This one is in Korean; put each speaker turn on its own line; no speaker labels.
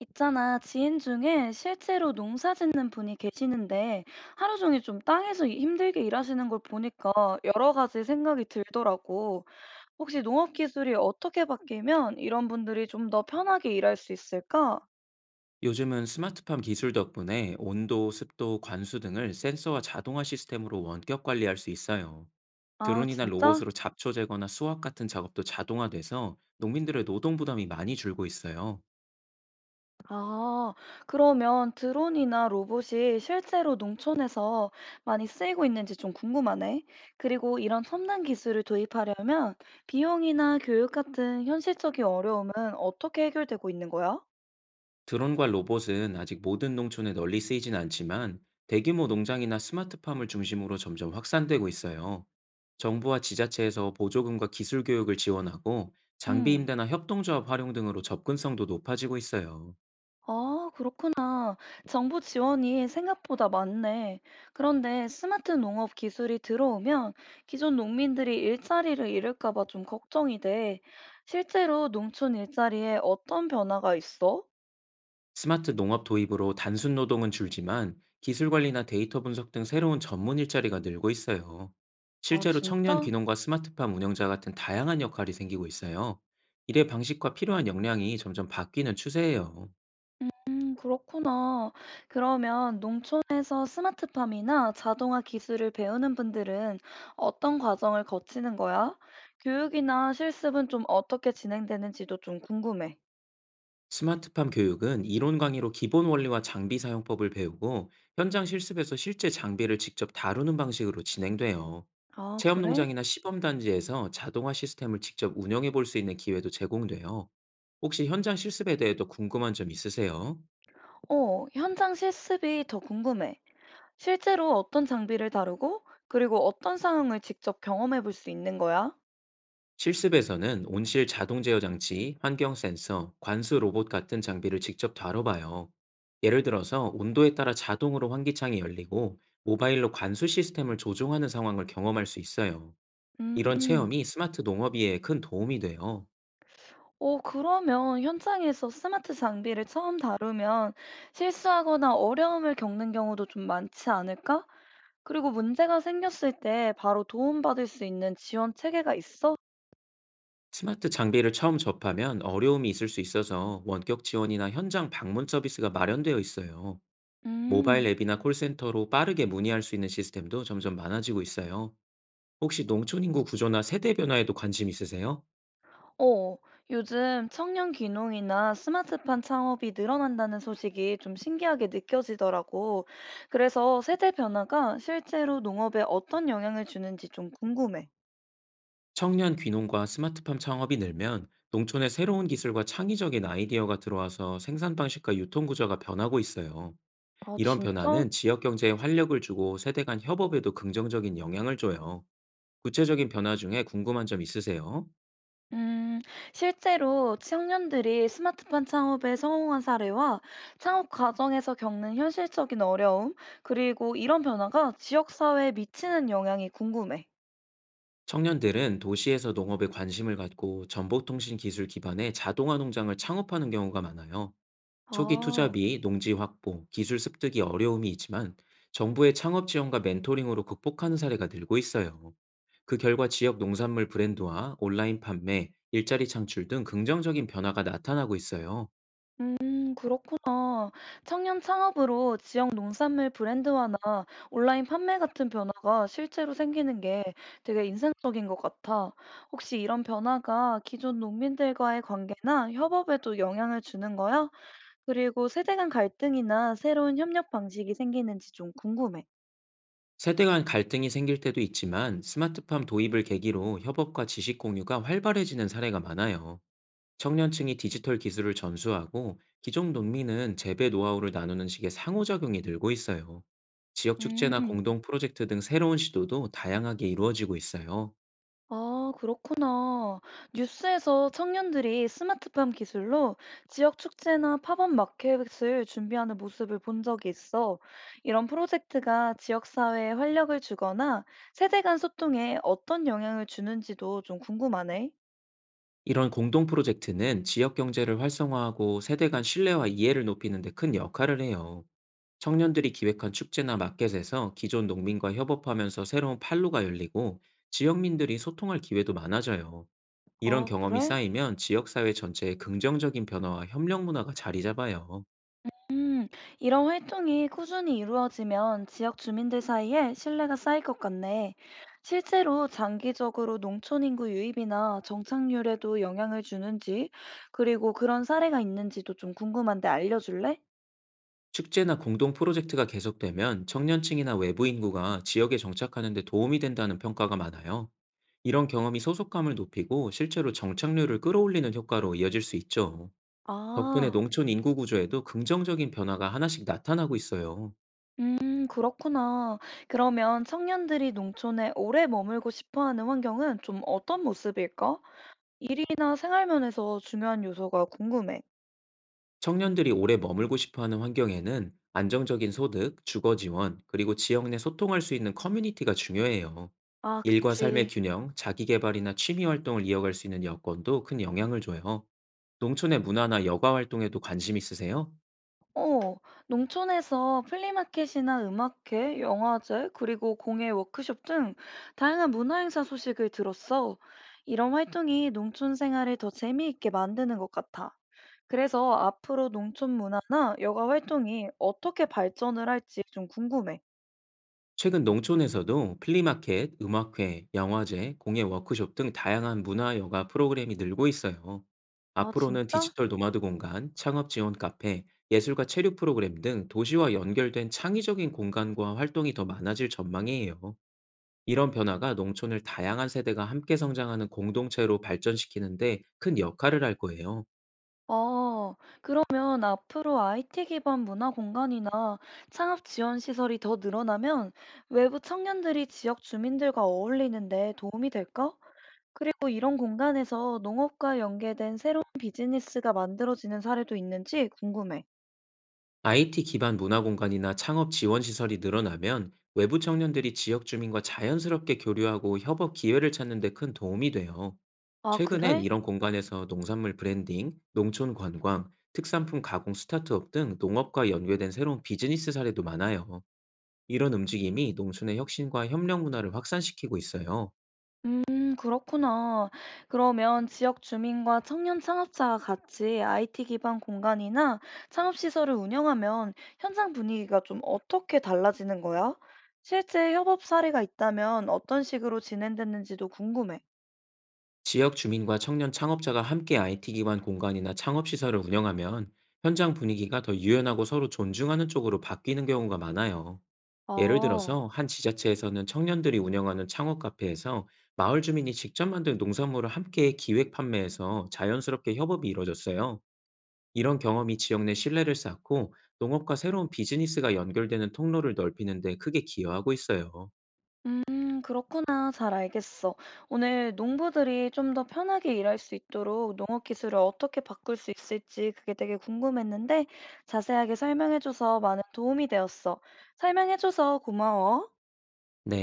있잖아, 지인 중에 실제로 농사 짓는 분이 계시는데 하루 종일 좀 땅에서 힘들게 일하시는 걸 보니까 여러 가지 생각이 들더라고. 혹시 농업 기술이 어떻게 바뀌면 이런 분들이 좀 더 편하게 일할 수 있을까?
요즘은 스마트팜 기술 덕분에 온도, 습도, 관수 등을 센서와 자동화 시스템으로 원격 관리할 수 있어요.
아,
드론이나
진짜?
로봇으로 잡초 제거나 수확 같은 작업도 자동화돼서 농민들의 노동 부담이 많이 줄고 있어요.
아, 그러면 드론이나 로봇이 실제로 농촌에서 많이 쓰이고 있는지 좀 궁금하네. 그리고 이런 첨단 기술을 도입하려면 비용이나 교육 같은 현실적인 어려움은 어떻게 해결되고 있는 거야?
드론과 로봇은 아직 모든 농촌에 널리 쓰이진 않지만 대규모 농장이나 스마트팜을 중심으로 점점 확산되고 있어요. 정부와 지자체에서 보조금과 기술 교육을 지원하고 장비
음.
임대나 협동조합 활용 등으로 접근성도 높아지고 있어요.
아, 그렇구나. 정부 지원이 생각보다 많네. 그런데 스마트 농업 기술이 들어오면 기존 농민들이 일자리를 잃을까 봐 좀 걱정이 돼. 실제로 농촌 일자리에 어떤 변화가 있어?
스마트 농업 도입으로 단순 노동은 줄지만 기술 관리나 데이터 분석 등 새로운 전문 일자리가 늘고 있어요.
아,
실제로 청년
진짜?
귀농과 스마트팜 운영자 같은 다양한 역할이 생기고 있어요. 일의 방식과 필요한 역량이 점점 바뀌는 추세예요.
그렇구나. 그러면 농촌에서 스마트팜이나 자동화 기술을 배우는 분들은 어떤 과정을 거치는 거야? 교육이나 실습은 좀 어떻게 진행되는지도 좀 궁금해.
스마트팜 교육은 이론 강의로 기본 원리와 장비 사용법을 배우고, 현장 실습에서 실제 장비를 직접 다루는 방식으로 진행돼요.
아,
체험
그래?
농장이나 시범 단지에서 자동화 시스템을 직접 운영해 볼 수 있는 기회도 제공돼요. 혹시 현장 실습에 대해 도 궁금한 점 있으세요?
어, 현장 실습이 더 궁금해. 실제로 어떤 장비를 다루고, 그리고 어떤 상황을 직접 경험해 볼 수 있는 거야?
실습에서는 온실 자동 제어 장치, 환경 센서, 관수 로봇 같은 장비를 직접 다뤄봐요. 예를 들어서 온도에 따라 자동으로 환기창이 열리고, 모바일로 관수 시스템을 조종하는 상황을 경험할 수 있어요. 이런
음.
체험이 스마트 농업이에 큰 도움이 돼요.
오, 그러면 현장에서 스마트 장비를 처음 다루면 실수하거나 어려움을 겪는 경우도 좀 많지 않을까? 그리고 문제가 생겼을 때 바로 도움받을 수 있는 지원 체계가 있어?
스마트 장비를 처음 접하면 어려움이 있을 수 있어서 원격 지원이나 현장 방문 서비스가 마련되어 있어요. 모바일
음,
앱이나 콜센터로 빠르게 문의할 수 있는 시스템도 점점 많아지고 있어요. 혹시 농촌 인구 구조나 세대 변화에도 관심 있으세요?
어, 요즘 청년 귀농이나 스마트팜 창업이 늘어난다는 소식이 좀 신기하게 느껴지더라고. 그래서 세대 변화가 실제로 농업에 어떤 영향을 주는지 좀 궁금해.
청년 귀농과 스마트팜 창업이 늘면 농촌에 새로운 기술과 창의적인 아이디어가 들어와서 생산 방식과 유통 구조가 변하고 있어요.
아,
이런
진짜?
변화는 지역 경제에 활력을 주고 세대 간 협업에도 긍정적인 영향을 줘요. 구체적인 변화 중에 궁금한 점 있으세요?
음, 실제로 청년들이 스마트폰 창업에 성공한 사례와 창업 과정에서 겪는 현실적인 어려움, 그리고 이런 변화가 지역사회에 미치는 영향이 궁금해.
청년들은 도시에서 농업에 관심을 갖고 전복통신 기술 기반의 자동화 농장을 창업하는 경우가 많아요. 초기 투자
아,
비, 농지 확보, 기술 습득이 어려움이 있지만 정부의 창업 지원과 멘토링으로 극복하는 사례가 늘고 있어요. 그 결과 지역 농산물 브랜드와 온라인 판매, 일자리 창출 등 긍정적인 변화가 나타나고 있어요.
그렇구나. 청년 창업으로 지역 농산물 브랜드화나 온라인 판매 같은 변화가 실제로 생기는 게 되게 인상적인 것 같아. 혹시 이런 변화가 기존 농민들과의 관계나 협업에도 영향을 주는 거야? 그리고 세대 간 갈등이나 새로운 협력 방식이 생기는지 좀 궁금해.
세대 간 갈등이 생길 때도 있지만 스마트팜 도입을 계기로 협업과 지식 공유가 활발해지는 사례가 많아요. 청년층이 디지털 기술을 전수하고 기존 농민은 재배 노하우를 나누는 식의 상호작용이 늘고 있어요. 지역 축제나
음,
공동 프로젝트 등 새로운 시도도 다양하게 이루어지고 있어요.
아, 그렇구나. 뉴스에서 청년들이 스마트팜 기술로 지역 축제나 팝업 마켓을 준비하는 모습을 본 적이 있어. 이런 프로젝트가 지역 사회에 활력을 주거나 세대 간 소통에 어떤 영향을 주는지도 좀 궁금하네.
이런 공동 프로젝트는 지역 경제를 활성화하고 세대 간 신뢰와 이해를 높이는 데 큰 역할을 해요. 청년들이 기획한 축제나 마켓에서 기존 농민과 협업하면서 새로운 판로가 열리고, 지역민들이 소통할 기회도 많아져요. 이런
아,
경험이
그래?
쌓이면 지역사회 전체에 긍정적인 변화와 협력 문화가 자리 잡아요.
음, 이런 활동이 꾸준히 이루어지면 지역 주민들 사이에 신뢰가 쌓일 것 같네. 실제로 장기적으로 농촌 인구 유입이나 정착률에도 영향을 주는지, 그리고 그런 사례가 있는지도 좀 궁금한데 알려줄래?
축제나 공동 프로젝트가 계속되면 청년층이나 외부 인구가 지역에 정착하는 데 도움이 된다는 평가가 많아요. 이런 경험이 소속감을 높이고 실제로 정착률을 끌어올리는 효과로 이어질 수 있죠. 덕분에
아,
농촌 인구 구조에도 긍정적인 변화가 하나씩 나타나고 있어요.
그렇구나. 그러면 청년들이 농촌에 오래 머물고 싶어 하는 환경은 좀 어떤 모습일까? 이나 생활면에서 중요한 요소가 궁금해.
청년들이 오래 머물고 싶어 하는 환경에는 안정적인 소득, 주거 지원, 그리고 지역 내 소통할 수 있는 커뮤니티가 중요해요.
아,
일과 삶의
그치.
균형, 자기 개발이나 취미 활동을 이어갈 수 있는 여건도 큰 영향을 줘요. 농촌의 문화나 여가 활동에도 관심 있으세요?
어, 농촌에서 플리마켓이나 음악회, 영화제, 그리고 공예 워크숍 등 다양한 문화행사 소식을 들었어. 이런 활동이 농촌 생활을 더 재미있게 만드는 것 같아. 그래서 앞으로 농촌 문화나 여가 활동이 어떻게 발전을 할지 좀 궁금해.
최근 농촌에서도 플리마켓, 음악회, 영화제, 공예 워크숍 등 다양한 문화 여가 프로그램이 늘고 있어요.
아,
앞으로는
진짜?
디지털 노마드 공간, 창업 지원 카페, 예술가 체류 프로그램 등 도시와 연결된 창의적인 공간과 활동이 더 많아질 전망이에요. 이런 변화가 농촌을 다양한 세대가 함께 성장하는 공동체로 발전시키는데 큰 역할을 할 거예요.
아, 그러면 앞으로 IT 기반 문화 공간이나 창업 지원 시설이 더 늘어나면 외부 청년들이 지역 주민들과 어울리는데 도움이 될까? 그리고 이런 공간에서 농업과 연계된 새로운 비즈니스가 만들어지는 사례도 있는지 궁금해.
IT 기반 문화 공간이나 창업 지원 시설이 늘어나면 외부 청년들이 지역 주민과 자연스럽게 교류하고 협업 기회를 찾는 데 큰 도움이 돼요.
아,
최근엔
그래?
이런 공간에서 농산물 브랜딩, 농촌 관광, 특산품 가공 스타트업 등 농업과 연계된 새로운 비즈니스 사례도 많아요. 이런 움직임이 농촌의 혁신과 협력 문화를 확산시키고 있어요.
그렇구나. 그러면 지역 주민과 청년 창업자가 같이 IT 기반 공간이나 창업 시설을 운영하면 현장 분위기가 좀 어떻게 달라지는 거야? 실제 협업 사례가 있다면 어떤 식으로 진행됐는지도 궁금해.
지역 주민과 청년 창업자가 함께 IT 기반 공간이나 창업 시설을 운영하면 현장 분위기가 더 유연하고 서로 존중하는 쪽으로 바뀌는 경우가 많아요. 예를
아.
들어서 한 지자체에서는 청년들이 운영하는 창업 카페에서 마을 주민이 직접 만든 농산물을 함께 기획 판매해서 자연스럽게 협업이 이뤄졌어요. 이런 경험이 지역 내 신뢰를 쌓고 농업과 새로운 비즈니스가 연결되는 통로를 넓히는 데 크게 기여하고 있어요.
그렇구나. 잘 알겠어. 오늘 농부들이 좀 더 편하게 일할 수 있도록 농업 기술을 어떻게 바꿀 수 있을지 그게 되게 궁금했는데 자세하게 설명해줘서 많은 도움이 되었어. 설명해줘서 고마워.
네.